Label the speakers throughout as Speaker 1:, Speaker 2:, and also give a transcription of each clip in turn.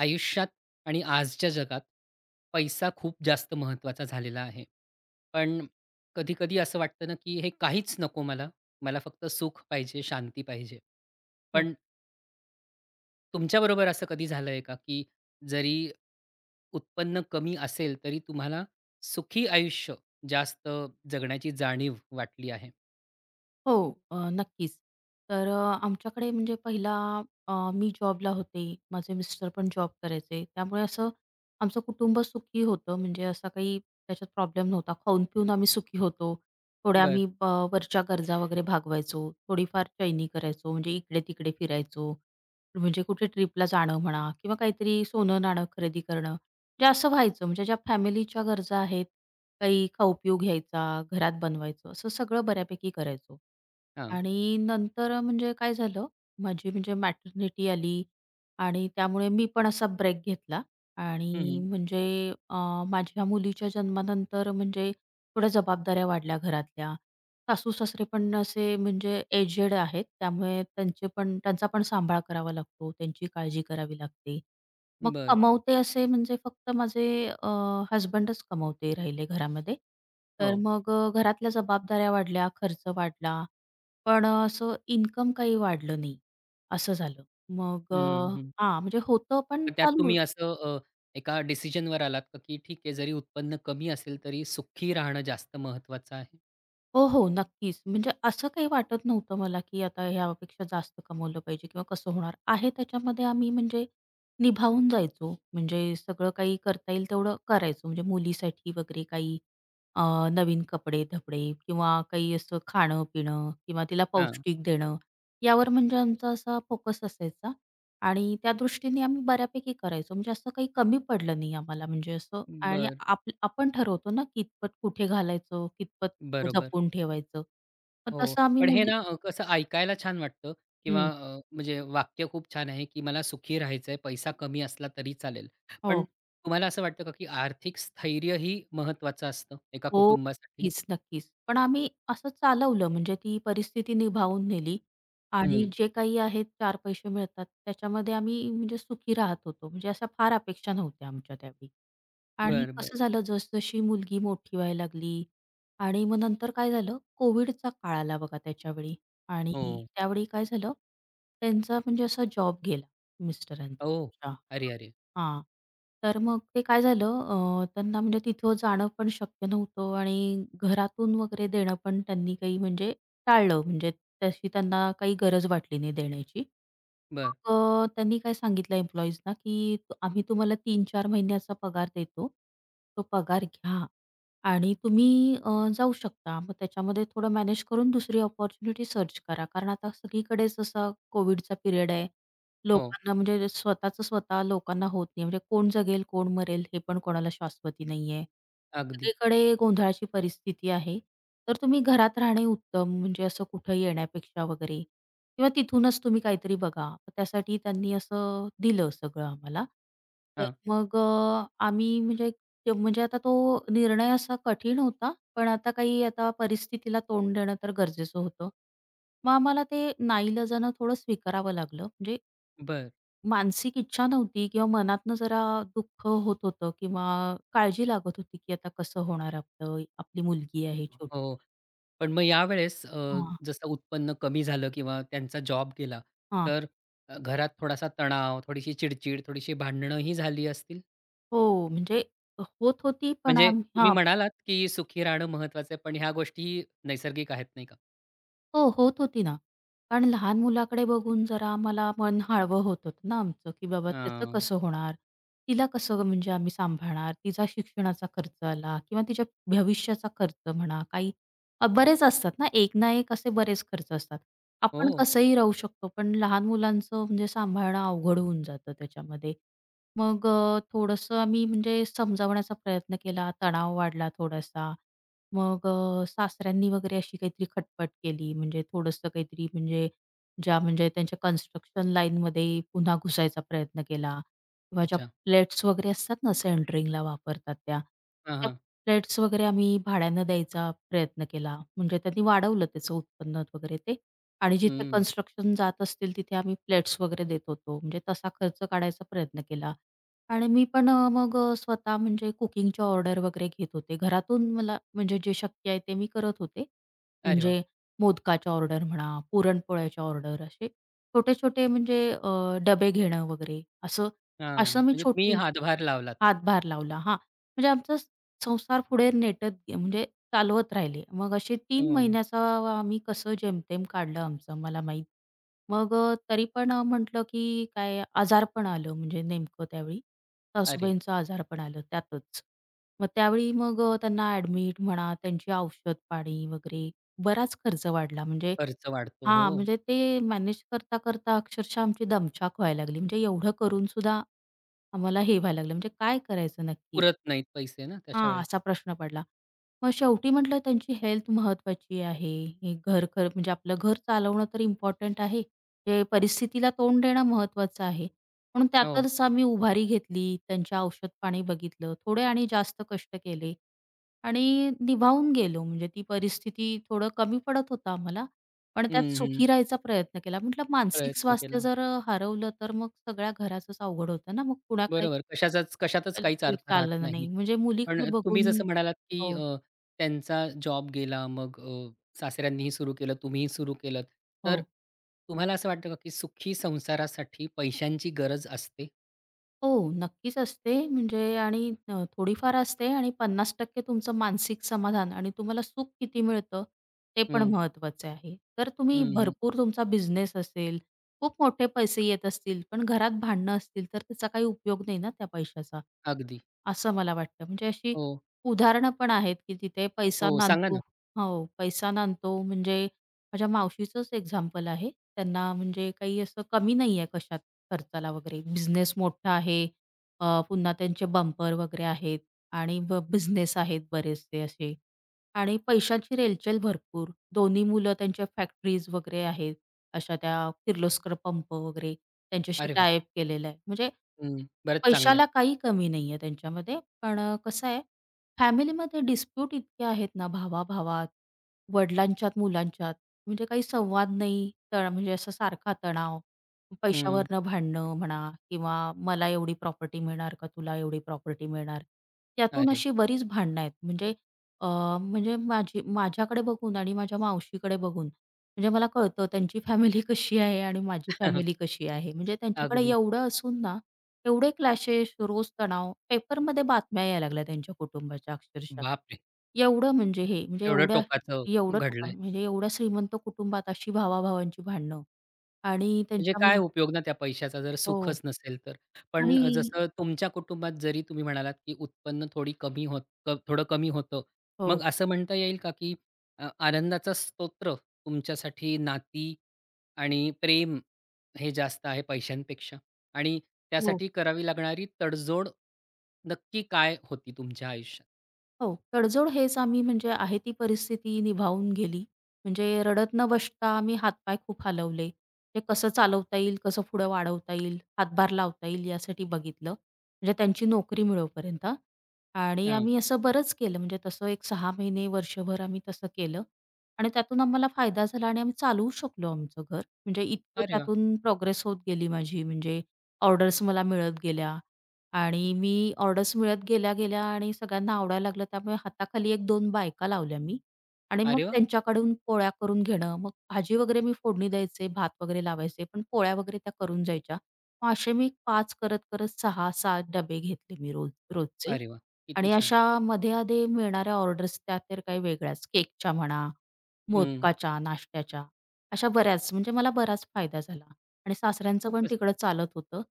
Speaker 1: आयुष्यात आणि आजच्या जगात पैसा खूप जास्त महत्त्वाचा झालेला आहे. पण कधी-कधी असं वाटतं ना, की हे काहीच नको मला. मला फक्त सुख पाहिजे, शांती पाहिजे.
Speaker 2: हो,
Speaker 1: पण तुमच्याबरोबर असं कधी झालंय का, की जरी उत्पन्न कमी असेल, तरी तुम्हाला सुखी आयुष्य जास्त जगण्याची जाणीव वाटली आहे?
Speaker 2: हो. नक्कीच. तर आमच्याकडे म्हणजे पहिला मी जॉबला होते. माझे मिस्टर पण जॉब करायचे. त्यामुळे असं आमचं कुटुंब सुखी होतं. म्हणजे असा काही त्याच्यात प्रॉब्लेम नव्हता. खाऊन-पिऊन आम्ही सुखी होतो. थोड्या
Speaker 1: बरं.
Speaker 2: आम्ही वरच्या गरजा वगैरे भागवायचो. थोडीफार चैनी करायचो. म्हणजे इकडे-तिकडे फिरायचो. म्हणजे कुठे ट्रिपला जाणं म्हणा किंवा काहीतरी सोनं-नाणं खरेदी करणं म्हणजे असं व्हायचं म्हणजे ज्या फॅमिलीच्या गरजा आहेत, काही खाऊ-पिऊ घ्यायचा, घरात बनवायचं असं सगळं बऱ्यापैकी करायचो.
Speaker 1: हां.
Speaker 2: आणि नंतर म्हणजे काय झालं, माझी म्हणजे मॅटर्निटी आली आणि त्यामुळे मी पण असा ब्रेक घेतला
Speaker 1: हं,
Speaker 2: आणि
Speaker 1: हं.
Speaker 2: म्हणजे माझ्या मुलीच्या जन्मानंतर म्हणजे थोड्या जबाबदाऱ्या वाढल्या घरातल्या. सासू-सासरे पण असे म्हणजे एजेड आहेत त्यामुळे त्यांचे पण त्यांचा पण सांभाळ करावा लागतो, त्यांची काळजी करावी लागते. मग
Speaker 1: बरं.
Speaker 2: कमवते असे म्हणजे फक्त माझे हसबंडच कमवते राहिले घरामध्ये. तर
Speaker 1: हो.
Speaker 2: मग घरातल्या जबाबदाऱ्या वाढल्या, खर्च वाढला, पण असं इन्कम काही वाढलं नाही, असं झालं. मग हां, म्हणजे होतं पण
Speaker 1: मग त्यात
Speaker 2: चालू.
Speaker 1: तुम्ही असं एका डिसिजनवर आलात का, की ठीक आहे जरी उत्पन्न कमी असेल तरी सुखी राहणं जास्त महत्वाचं आहे?
Speaker 2: हो, हो. नक्कीच. म्हणजे असं काही वाटत नव्हतं मला, की आता ह्यापेक्षा जास्त कमवलं पाहिजे किंवा कसं होणार. आहे त्याच्यामध्ये आम्ही म्हणजे निभावून जायचो. म्हणजे सगळं काही करता येईल तेवढं करायचो. म्हणजे मुलीसाठी वगैरे काही अ, नवीन कपडे-धपडे किंवा काही असं खाणं-पिणं किंवा तिला
Speaker 1: हां.
Speaker 2: पौष्टिक देणं, यावर म्हणजे आमचा असा फोकस असायचा आणि त्या दृष्टीने आम्ही बऱ्यापैकी करायचो. म्हणजे असं काही कमी पडलं नाही आम्हाला म्हणजे असं आणि
Speaker 1: बर
Speaker 2: आपण ठरवतो ना, कितपत कुठे घालायचं, कितपत
Speaker 1: बरोबर.
Speaker 2: जपून ठेवायचं. मग
Speaker 1: हो.
Speaker 2: तसं आम्ही
Speaker 1: पण हे
Speaker 2: मुली.
Speaker 1: ना कसं ऐकायला छान वाटतं किंवा
Speaker 2: हं.
Speaker 1: म्हणजे वाक्य खूप छान आहे, की मला सुखी राहायचंय, पैसा कमी असला तरी चालेल. पण
Speaker 2: हो.
Speaker 1: तुम्हाला असं वाटतं का, की आर्थिक स्थैर्य ही महत्वाचं असतं एका
Speaker 2: हो,
Speaker 1: कुटुंबासाठी?
Speaker 2: नक्कीच, नक्कीच. पण आम्ही असं चालवलं म्हणजे ती परिस्थिती निभावून नेली आणि
Speaker 1: हं.
Speaker 2: हं. जे काही आहेत 4 पैसे मिळतात त्याच्यामध्ये आम्ही म्हणजे सुखी राहत होतो. म्हणजे अशा फार अपेक्षा नव्हत्या आमच्या त्यावेळी. आणि
Speaker 1: बरं, बरं.
Speaker 2: कसं झालं, जसजशी मुलगी मोठी व्हायला लागली आणि मग नंतर काय झालं, कोविडचा काळ आला बघा त्याच्यावेळी आणि हं.
Speaker 1: हो.
Speaker 2: त्यावेळी काय झालं, त्यांचा म्हणजे असा जॉब गेला मिस्टरांचा.
Speaker 1: ओह!
Speaker 2: अच्छा.
Speaker 1: अरे, अरे!
Speaker 2: हां. तर मग ते काय झालं त्यांना म्हणजे तिथं जाणं पण शक्य नव्हतं आणि घरातून वगैरे देणं पण त्यांनी काही म्हणजे टाळलं म्हणजे तशी त्यांना काही गरज वाटली नाही देण्याची.
Speaker 1: बरं.
Speaker 2: मग त्यांनी काय सांगितलं एम्प्लॉईजना, की "आम्ही तुम्हाला 3-4 महिन्याचा पगार देतो. तो पगार घ्या आणि तुम्ही जाऊ शकता. मग त्याच्यामध्ये थोडं मॅनेज करून दुसरी अपॉर्च्युनिटी सर्च करा." कारण आता सगळीकडेच असा कोविडचा पिरियड आहे.
Speaker 1: हो.
Speaker 2: लोकांना म्हणजे स्वतःचं स्वतः लोकांना होत नाही. म्हणजे कोण जगेल, कोण मरेल हे पण कोणाला शाश्वती नाहीये.
Speaker 1: अगदी.
Speaker 2: सगळीकडे गोंधळाची परिस्थिती आहे. तर तुम्ही घरात राहणे उत्तम म्हणजे असं कुठं येण्यापेक्षा वगैरे किंवा तिथूनच तुम्ही काहीतरी बघा. त्यासाठी त्यांनी असं दिलं सगळं आम्हाला. तर
Speaker 1: हां.
Speaker 2: मग आम्ही म्हणजे म्हणजे आता तो निर्णय असा कठीण होता. पण आता काही आता परिस्थितीला तोंड देणं तर गरजेचं होतं. मग आम्हाला ते नाईलाजानं थोडं स्वीकारावं लागलं. म्हणजे
Speaker 1: बरं.
Speaker 2: मानसिक इच्छा नव्हती किंवा मनातनं जरा दुःख होत होतं किंवा काळजी लागत होती, की आता कसं होणार आपलं? आपली मुलगी आहे छोटी.
Speaker 1: हो. पण मग यावेळेस
Speaker 2: हां,
Speaker 1: जसं उत्पन्न कमी झालं किंवा त्यांचा जॉब गेला,
Speaker 2: हां.
Speaker 1: तर घरात थोडासा तणाव, थोडीशी चिडचिड, थोडीशी भांडणं ही झाली असतील?
Speaker 2: हो, म्हणजे होत होती पण
Speaker 1: म्हणजे
Speaker 2: आम्ही
Speaker 1: तुम्ही
Speaker 2: हां,
Speaker 1: म्हणालात, की सुखी राहणं महत्त्वाचं आहे, पण ह्या गोष्टी नैसर्गिक आहेत नाही का?
Speaker 2: हो, होत होती ना. कारण लहान मुलाकडे बघून जरा आम्हाला मन हळवं होत होतं ना आमचं, की बाबा
Speaker 1: अ,
Speaker 2: त्याचं कसं होणार? तिला कसं म्हणजे आम्ही सांभाळणार? तिचा शिक्षणाचा खर्च आला किंवा तिच्या भविष्याचा खर्च म्हणा, काही बरेच असतात ना, एक ना एक असे बरेच खर्च असतात. आपण
Speaker 1: हो.
Speaker 2: कसंही राहू शकतो, पण लहान मुलांचं म्हणजे सांभाळणं अवघड होऊन जातं त्याच्यामध्ये. मग थोडंसं आम्ही म्हणजे समजावण्याचा प्रयत्न केला, तणाव वाढला थोडासा. मग सासऱ्यांनी वगैरे अशी काहीतरी खटपट केली, म्हणजे थोडंसं काहीतरी म्हणजे ज्या म्हणजे त्यांच्या कन्स्ट्रक्शन लाईनमध्ये पुन्हा घुसायचा प्रयत्न केला किंवा ज्या
Speaker 1: अच्छा.
Speaker 2: प्लेट्स वगैरे असतात ना सेंटरिंगला वापरतात त्या,
Speaker 1: हां,
Speaker 2: त्या
Speaker 1: हां.
Speaker 2: प्लेट्स वगैरे आम्ही भाड्यानं द्यायचा प्रयत्न केला. म्हणजे त्यांनी वाढवलं त्याचं उत्पन्न वगैरे ते आणि जिथे
Speaker 1: हं.
Speaker 2: कन्स्ट्रक्शन जात असतील तिथे आम्ही प्लेट्स वगैरे देत होतो. म्हणजे तसा खर्च काढायचा प्रयत्न केला. आणि मी पण स्वतः म्हणजे कुकिंगच्या ऑर्डर वगैरे घेत होते. घरातून मला म्हणजे जे शक्य आहे ते मी करत होते.
Speaker 1: अरे वाह!
Speaker 2: म्हणजे मोदकाच्या ऑर्डर म्हणा, पुरणपोळ्याच्या ऑर्डर असे छोटे-छोटे म्हणजे डबे घेणं वगैरे असं,
Speaker 1: हां.
Speaker 2: असं मी
Speaker 1: म्हणजे तुम्ही
Speaker 2: छोटी
Speaker 1: हातभार लावलात.
Speaker 2: हातभार लावला. हां. म्हणजे आमचा संसार पुढे नेटत गे म्हणजे चालवत राहिले. मग असे 3
Speaker 1: हो.
Speaker 2: महिन्याचा आम्ही कसं जेमतेम काढलं आमचं मला माहीत. मग तरी पण म्हटलं की काय आजारपण आलं म्हणजे नेमकं त्यावेळी.
Speaker 1: अरे!
Speaker 2: सासूबाईंचं आजारपण आलं त्यातच. मग त्यावेळी मग त्यांना ॲडमिट म्हणा, त्यांची औषध-पाणी वगैरे बराच खर्च वाढला. म्हणजे
Speaker 1: खर्च वाढतो. हो.
Speaker 2: हां, म्हणजे ते मॅनेज करता-करता अक्षरशः आमची दमछाक व्हायला लागली. म्हणजे एवढं करून सुद्धा आम्हाला हे व्हायला लागलं म्हणजे काय करायचं नक्की?
Speaker 1: पुरत नाहीत पैसे ना तशा
Speaker 2: हां,
Speaker 1: वेळेस.
Speaker 2: असा प्रश्न पडला. मग शेवटी म्हटलं त्यांची हेल्थ महत्त्वाची आहे. हे घर खर म्हणजे आपलं घर चालवणं तर इम्पॉर्टंट आहे. ते परिस्थितीला तोंड देणं महत्त्वाचं आहे. म्हणून
Speaker 1: हो.
Speaker 2: त्यातच आम्ही उभारी घेतली. त्यांचे औषध-पाणी बघितलं. थोडे आणि जास्त कष्ट केले आणि निभावून गेलो. म्हणजे ती परिस्थिती थोडं कमी पडत होतं आम्हाला. पण त्यात
Speaker 1: हं, हं.
Speaker 2: सुखी राहायचा प्रयत्न केला. म्हटलं मानसिक
Speaker 1: प्रयत्न
Speaker 2: स्वास्थ्य
Speaker 1: केला.
Speaker 2: जर हरवलं तर मग सगळ्या घराचंच अवघड होतं ना. मग कुणाकडे
Speaker 1: बरोबर. कशाचाच कशातच काहीच अर्थ राहत
Speaker 2: चालणार
Speaker 1: नाही.
Speaker 2: नाही. म्हणजे
Speaker 1: पण
Speaker 2: मुलीकडे
Speaker 1: तुम्ही
Speaker 2: बघून
Speaker 1: जसं म्हणालात, की
Speaker 2: हो,
Speaker 1: त्यांचा जॉब गेला, मग सासऱ्यांनीही सुरू केलं, तुम्हीही सुरू केलंत. तर
Speaker 2: हो.
Speaker 1: तुम्हाला असं वाटतं का, की सुखी संसारासाठी पैशांची गरज असते?
Speaker 2: हो, नक्कीच असते. म्हणजे आणि थोडीफार असते आणि 50% तुमचं मानसिक समाधान आणि तुम्हाला सुख किती मिळतं, ते पण
Speaker 1: हं,
Speaker 2: महत्त्वाचं आहे. तर तुम्ही
Speaker 1: हं, हं.
Speaker 2: भरपूर तुमचा बिझनेस असेल, खूप मोठे पैसे येत असतील, पण घरात भांडणं असतील, तर त्याचा काही उपयोग नाही ना त्या पैशाचा,
Speaker 1: अगदी.
Speaker 2: असं मला वाटतं. म्हणजे अशी
Speaker 1: हो,
Speaker 2: उदाहरणं पण आहेत, की तिथे पैसा
Speaker 1: हो. सांगा
Speaker 2: नांदतो.
Speaker 1: ना.
Speaker 2: हो, पैसा नांदतो म्हणजे माझ्या मावशीचंच एक्झाम्पल आहे. त्यांना म्हणजे काही असं कमी नाहीये कशात. खर्चाला वगैरे. बिझनेस मोठा आहे. पुन्हा त्यांचे बंपर वगैरे आहेत आणि बिझनेस आहेत बरेचसे असे आणि पैशाची रेलचेल भरपूर. दोन्ही मुलं त्यांच्या फॅक्टरीज वगैरे आहेत. अशा त्या किर्लोस्कर पंप वगैरे त्यांच्याशी
Speaker 1: अरे वाह!
Speaker 2: टाय अप केलेलं आहे. म्हणजे
Speaker 1: हं. बरंच चांगलं आहे.
Speaker 2: पैशाला काही कमी नाहीये त्यांच्यामध्ये. पण कसं आहे, फॅमिलीमध्ये डिस्प्यूट इतके आहेत ना भावा-भावात, वडिलांच्यात, मुलांच्यात, म्हणजे काही संवाद नाही. तर म्हणजे असा सारखा तणाव,
Speaker 1: हं.
Speaker 2: पैशावरनं भांडणं म्हणा किंवा मला एवढी प्रॉपर्टी मिळणार का तुला एवढी प्रॉपर्टी मिळणार? त्यातून
Speaker 1: अरे!
Speaker 2: अशी बरीच भांडणं आहेत. म्हणजे अ, म्हणजे माझ्याकडे बघून आणि माझ्या मावशीकडे बघून म्हणजे मला कळतं त्यांची फॅमिली कशी आहे आणि माझी फॅमिली कशी आहे. म्हणजे त्यांच्याकडे
Speaker 1: अगदी.
Speaker 2: एवढं असून ना, एवढे क्लॅशेस, रोज तणाव, पेपरमध्ये बातम्या यायला लागल्या त्यांच्या कुटुंबाच्या अक्षरशः.
Speaker 1: बापरे!
Speaker 2: एवढं म्हणजे हे म्हणजे
Speaker 1: एवढं
Speaker 2: एवढ्या
Speaker 1: टोकाचं
Speaker 2: एवढं
Speaker 1: घडलंय.
Speaker 2: टोकाण म्हणजे एवढ्या श्रीमंत कुटुंबात अशी भावा भांडणं आणि
Speaker 1: म्हणजे
Speaker 2: त्यांच्या
Speaker 1: काय
Speaker 2: म्हणजे
Speaker 1: उपयोग ना त्या पैशाचा जर
Speaker 2: हो
Speaker 1: सुखच नसेल तर. पण
Speaker 2: आणि
Speaker 1: जसं तुमच्या कुटुंबात जरी तुम्ही म्हणालात, की उत्पन्न थोडी कमी होत थोडं कमी होतं.
Speaker 2: हो,
Speaker 1: मग असं म्हणता येईल का, की आनंदाचा स्तोत्र तुमच्यासाठी नाती आणि प्रेम हे जास्त आहे पैशांपेक्षा आणि
Speaker 2: हो.
Speaker 1: त्यासाठी करावी लागणारी तडजोड नक्की काय होती तुमच्या आयुष्यात?
Speaker 2: हो, तडजोड हेच आम्ही म्हणजे आहे ती परिस्थिती निभावून गेली. म्हणजे रडत न बसता आम्ही हातपाय खूप हलवले. ते कसं चालवता येईल, कसं पुढे वाढवता येईल, हातभार लावता येईल यासाठी बघितलं. म्हणजे त्यांची नोकरी मिळेपर्यंत. आणि
Speaker 1: हां.
Speaker 2: आम्ही असं बरंच केलं म्हणजे तसं एक सहा महिने, वर्षभर आम्ही तसं केलं. आणि त्यातून आम्हाला फायदा झाला आणि आम्ही चालवू शकलो आमचं घर. म्हणजे इतकं
Speaker 1: अरे वाह!
Speaker 2: त्यातून प्रोग्रेस होत गेली माझी म्हणजे ऑर्डर्स मला मिळत गेल्या आणि मी ऑर्डर्स गेल्या आणि सगळ्यांना आवडायला लागलं. त्यामुळे हाताखाली एक दोन बायका लावल्या मी आणि मग
Speaker 1: अरे वाह!
Speaker 2: त्यांच्याकडून पोळ्या करून घेणं. मग भाजी वगैरे मी फोडणी द्यायचे, भात वगैरे लावायचे, पण पोळ्या वगैरे त्या करून जायच्या. मग असे मी 5 करत 6-7 डबे घेतले मी रोज रोजचे.
Speaker 1: अरे वाह! किती
Speaker 2: आणि
Speaker 1: छान.
Speaker 2: अशा मध्ये-अधे मिळणाऱ्या ऑर्डर्स त्या तर काही वेगळ्याच. केकच्या म्हणा,
Speaker 1: हं.
Speaker 2: मोदकाच्या, नाश्त्याच्या, अशा बऱ्याच म्हणजे मला बराच फायदा झाला. आणि सासऱ्यांचं पण
Speaker 1: खूपच
Speaker 2: तिकडं
Speaker 1: छान.
Speaker 2: चालत होतं.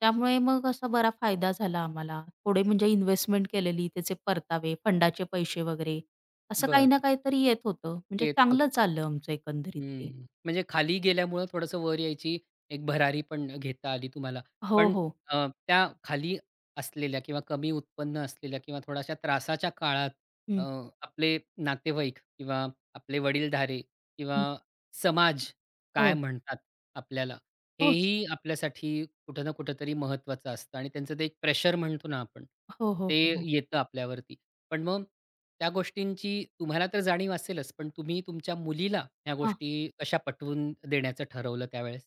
Speaker 2: त्यामुळे मग असा बरा फायदा झाला आम्हाला. थोडे म्हणजे इन्व्हेस्टमेंट केलेली, त्याचे परतावे, फंडाचे पैसे वगैरे असं काही
Speaker 1: बरं.
Speaker 2: ना काहीतरी येत होतं. म्हणजे
Speaker 1: येत होतं.
Speaker 2: चांगलं चाललं आमचं एकंदरीत ते.
Speaker 1: हं, म्हणजे खाली गेल्यामुळं थोडंसं वर यायची एक भरारी पण घेता आली तुम्हाला.
Speaker 2: हो,
Speaker 1: पण
Speaker 2: हो.
Speaker 1: त्या खाली असलेल्या किंवा कमी उत्पन्न असलेल्या किंवा थोड्याशा त्रासाच्या काळात अ,
Speaker 2: हं,
Speaker 1: आपले नातेवाईक किंवा आपले वडीलधारे किंवा
Speaker 2: हं.
Speaker 1: समाज काय
Speaker 2: हो.
Speaker 1: म्हणतात आपल्याला,
Speaker 2: हो,
Speaker 1: हेही आपल्यासाठी कुठं ना कुठेतरी महत्त्वाचं असतं आणि त्यांचं ते एक प्रेशर म्हणतो ना आपण,
Speaker 2: हो, हो,
Speaker 1: ते
Speaker 2: हो, हो.
Speaker 1: येतं आपल्यावरती. पण मग त्या गोष्टींची तुम्हाला तर जाणीव असेलच, पण तुम्ही तुमच्या मुलीला ह्या गोष्टी कशा पटवून देण्याचं ठरवलं त्यावेळेस?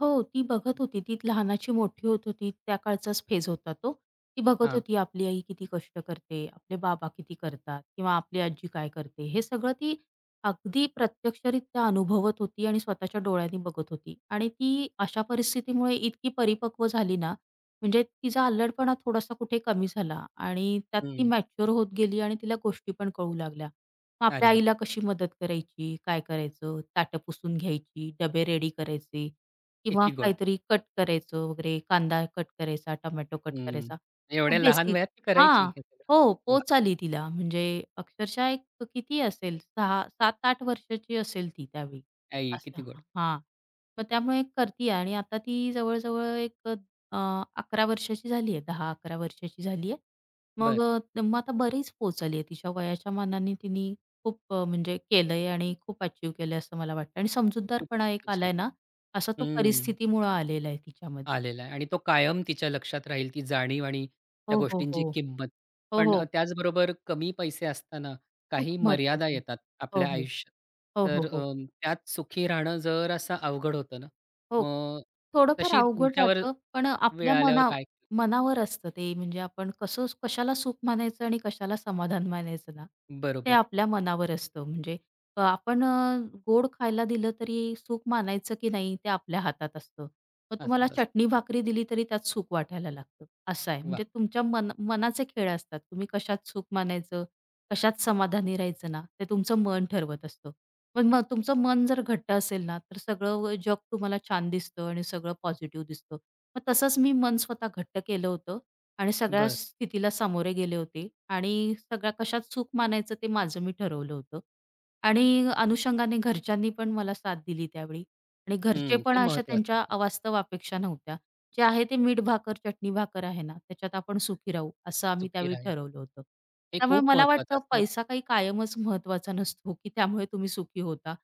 Speaker 2: हो, ती बघत होती. ती लहानाची मोठी होत होती. त्या काळचाच फेज होता तो. ती बघत
Speaker 1: हां.
Speaker 2: होती आपली आई किती कष्ट करते, आपले बाबा किती करतात किंवा आपली आजी काय करते. हे सगळं ती अगदी प्रत्यक्षरित्या अनुभवत होती आणि स्वतःच्या डोळ्यांनी बघत होती. आणि ती अशा परिस्थितीमुळे इतकी परिपक्व झाली ना, म्हणजे तिचा अल्लडपणा थोडासा कुठे कमी झाला आणि त्यात ती
Speaker 1: हं.
Speaker 2: मॅच्युअर होत गेली आणि तिला गोष्टी पण कळू लागल्या. मग
Speaker 1: अरे
Speaker 2: आपल्या
Speaker 1: वाह!
Speaker 2: आईला कशी मदत करायची, काय करायचं, ताटं पुसून घ्यायची, डबे रेडी करायचे. किंवा
Speaker 1: किती गोड.
Speaker 2: काहीतरी कट करायचं वगैरे, कांदा कट करायचा, टोमॅटो कट
Speaker 1: हं.
Speaker 2: करायचा.
Speaker 1: एवढ्या लहान
Speaker 2: बेसिक
Speaker 1: वयात ती करायची
Speaker 2: हां.
Speaker 1: हे सगळं.
Speaker 2: हो,
Speaker 1: वाह!
Speaker 2: पोच आली तिला. म्हणजे अक्षरशः एक किती असेल 6 7-8 वर्षाची असेल ती त्यावेळी.
Speaker 1: आई
Speaker 2: असं
Speaker 1: किती गोड.
Speaker 2: हां. मग त्यामुळे करती आणि आता ती जवळ एक अ, 11 वर्षाची झाली आहे. 10-11 वर्षाची झाली आहे. मग
Speaker 1: बरं.
Speaker 2: आता बरीच पोच आली आहे. तिच्या वयाच्या मानाने तिने खूप म्हणजे केलंय आणि खूप अचीव्ह केलंय असं मला वाटतं आणि
Speaker 1: खूप
Speaker 2: समजूतदारपणा
Speaker 1: किती
Speaker 2: एक
Speaker 1: छान.
Speaker 2: आलाय ना, असा तो
Speaker 1: हं.
Speaker 2: परिस्थितीमुळं आलेला आहे तिच्यामध्ये.
Speaker 1: आलेला आहे आणि तो कायम तिच्या लक्षात राहील ती जाणीव आणि त्या
Speaker 2: हो, हो,
Speaker 1: गोष्टींची
Speaker 2: हो.
Speaker 1: किंमत.
Speaker 2: हो,
Speaker 1: पण
Speaker 2: हो.
Speaker 1: त्याचबरोबर कमी पैसे असताना
Speaker 2: खूप
Speaker 1: काही मर्यादा
Speaker 2: महत्वाचं आहे.
Speaker 1: येतात
Speaker 2: हो,
Speaker 1: आपल्या
Speaker 2: हो.
Speaker 1: आयुष्यात.
Speaker 2: हो,
Speaker 1: तर
Speaker 2: हो, हो.
Speaker 1: त्यात सुखी राहणं जरासं अवघड होतं ना.
Speaker 2: हो.
Speaker 1: मग
Speaker 2: थोडंफार
Speaker 1: तशी
Speaker 2: अवघड
Speaker 1: तुमच्यावर
Speaker 2: राहतं, पण अ,
Speaker 1: वेळ
Speaker 2: आपल्या
Speaker 1: आल्यावर
Speaker 2: मना
Speaker 1: काय
Speaker 2: मनावर असतं ते म्हणजे आपण कसं कशाला सुख मानायचं आणि कशाला समाधान मानायचं ना, ते
Speaker 1: बरोबर.
Speaker 2: आपल्या मनावर असतं. म्हणजे अ, आपण अ, गोड खायला दिलं तरी सुख मानायचं की नाही ते आपल्या हातात असतं. मग तुम्हाला
Speaker 1: असतात, असतात.
Speaker 2: चटणी भाकरी दिली तरी त्यात सुख वाटायला लागतं. असं आहे.
Speaker 1: वाह!
Speaker 2: म्हणजे तुमच्या मनाचे खेळ असतात. तुम्ही कशात सुख मानायचं, कशात समाधानी राहायचं ना, ते तुमचं मन ठरवत असतं. पण मग तुमचं मन जर घट्ट असेल ना, तर सगळं जग तुम्हाला छान दिसतं आणि सगळं पॉझिटिव्ह दिसतं. मग तसंच मी मन स्वतः घट्ट केलं होतं आणि सगळ्या
Speaker 1: बरं.
Speaker 2: स्थितीला सामोरे गेले होते आणि सगळ्या कशात सुख मानायचं ते माझं मी ठरवलं होतं. आणि अनुषंगाने घरच्यांनी पण मला साथ दिली त्यावेळी आणि घरचे
Speaker 1: हं. ते
Speaker 2: पण अशा
Speaker 1: महत्वाचं.
Speaker 2: त्यांच्या अवास्तव अपेक्षा नव्हत्या. जे आहे ते मीठ भाकर, चटणी भाकर आहे ना, त्याच्यात आपण सुखी राहू, असं आम्ही
Speaker 1: सुखी
Speaker 2: त्यावेळी
Speaker 1: राहील.
Speaker 2: ठरवलं होतं.
Speaker 1: हे
Speaker 2: त्यामुळे
Speaker 1: खूप
Speaker 2: मला
Speaker 1: महत्वाचं
Speaker 2: वाटतं
Speaker 1: असतं.
Speaker 2: पैसा काही कायमच महत्त्वाचा नसतो, की त्यामुळे तुम्ही सुखी होता.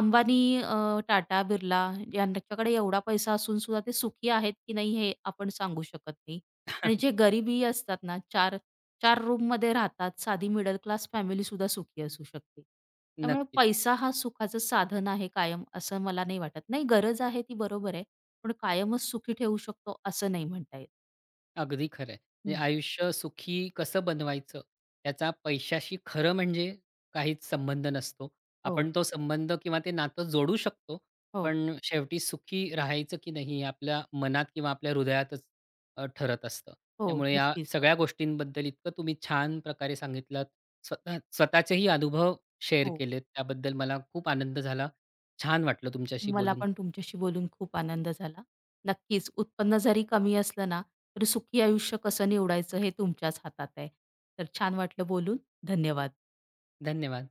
Speaker 2: अंबानी, टाटा, बिर्ला यांच्याकडे एवढा पैसा असून सुद्धा ते सुखी आहेत की नाही हे आपण सांगू शकत नाही. आणि जे गरिबी असतात ना, 4 रूममध्ये राहतात, साधी मिडल क्लास फॅमिली सुद्धा सुखी असू शकते. त्यामुळे
Speaker 1: नक्कीच.
Speaker 2: पैसा हा सुखाचं साधन आहे कायम, असं मला नाही वाटत. नाही गरज आहे ती बरोबर आहे. पण कायमच सुखी ठेवू शकतो असं नाही म्हणता येत.
Speaker 1: अगदी खरं आहे. म्हणजे
Speaker 2: हं.
Speaker 1: आयुष्य सुखी कसं बनवायचं, त्याचा पैशाशी खरं म्हणजे काहीच संबंध नसतो.
Speaker 2: हो,
Speaker 1: आपण तो संबंध किंवा ते नातं जोडू शकतो,
Speaker 2: हो,
Speaker 1: पण शेवटी सुखी राहायचं की नाही हे आपल्या मनात किंवा आपल्या हृदयातच ठरत असतं.
Speaker 2: हो,
Speaker 1: त्यामुळे या
Speaker 2: नक्कीच.
Speaker 1: सगळ्या गोष्टींबद्दल इतकं तुम्ही छान प्रकारे सांगितलात. स्वतः स्वतःचेही अनुभव शेअर
Speaker 2: हो,
Speaker 1: केलेत, त्याबद्दल मला खूप आनंद झाला. छान वाटलं तुमच्याशी
Speaker 2: मला
Speaker 1: बोलून.
Speaker 2: पण तुमच्याशी बोलून खूप आनंद झाला. नक्कीच उत्पन्न जरी कमी असलं ना, तरी सुखी आयुष्य कसं निवडायचं हे तुमच्याच हातात आहे. तर छान वाटलं बोलून. धन्यवाद.
Speaker 1: धन्यवाद.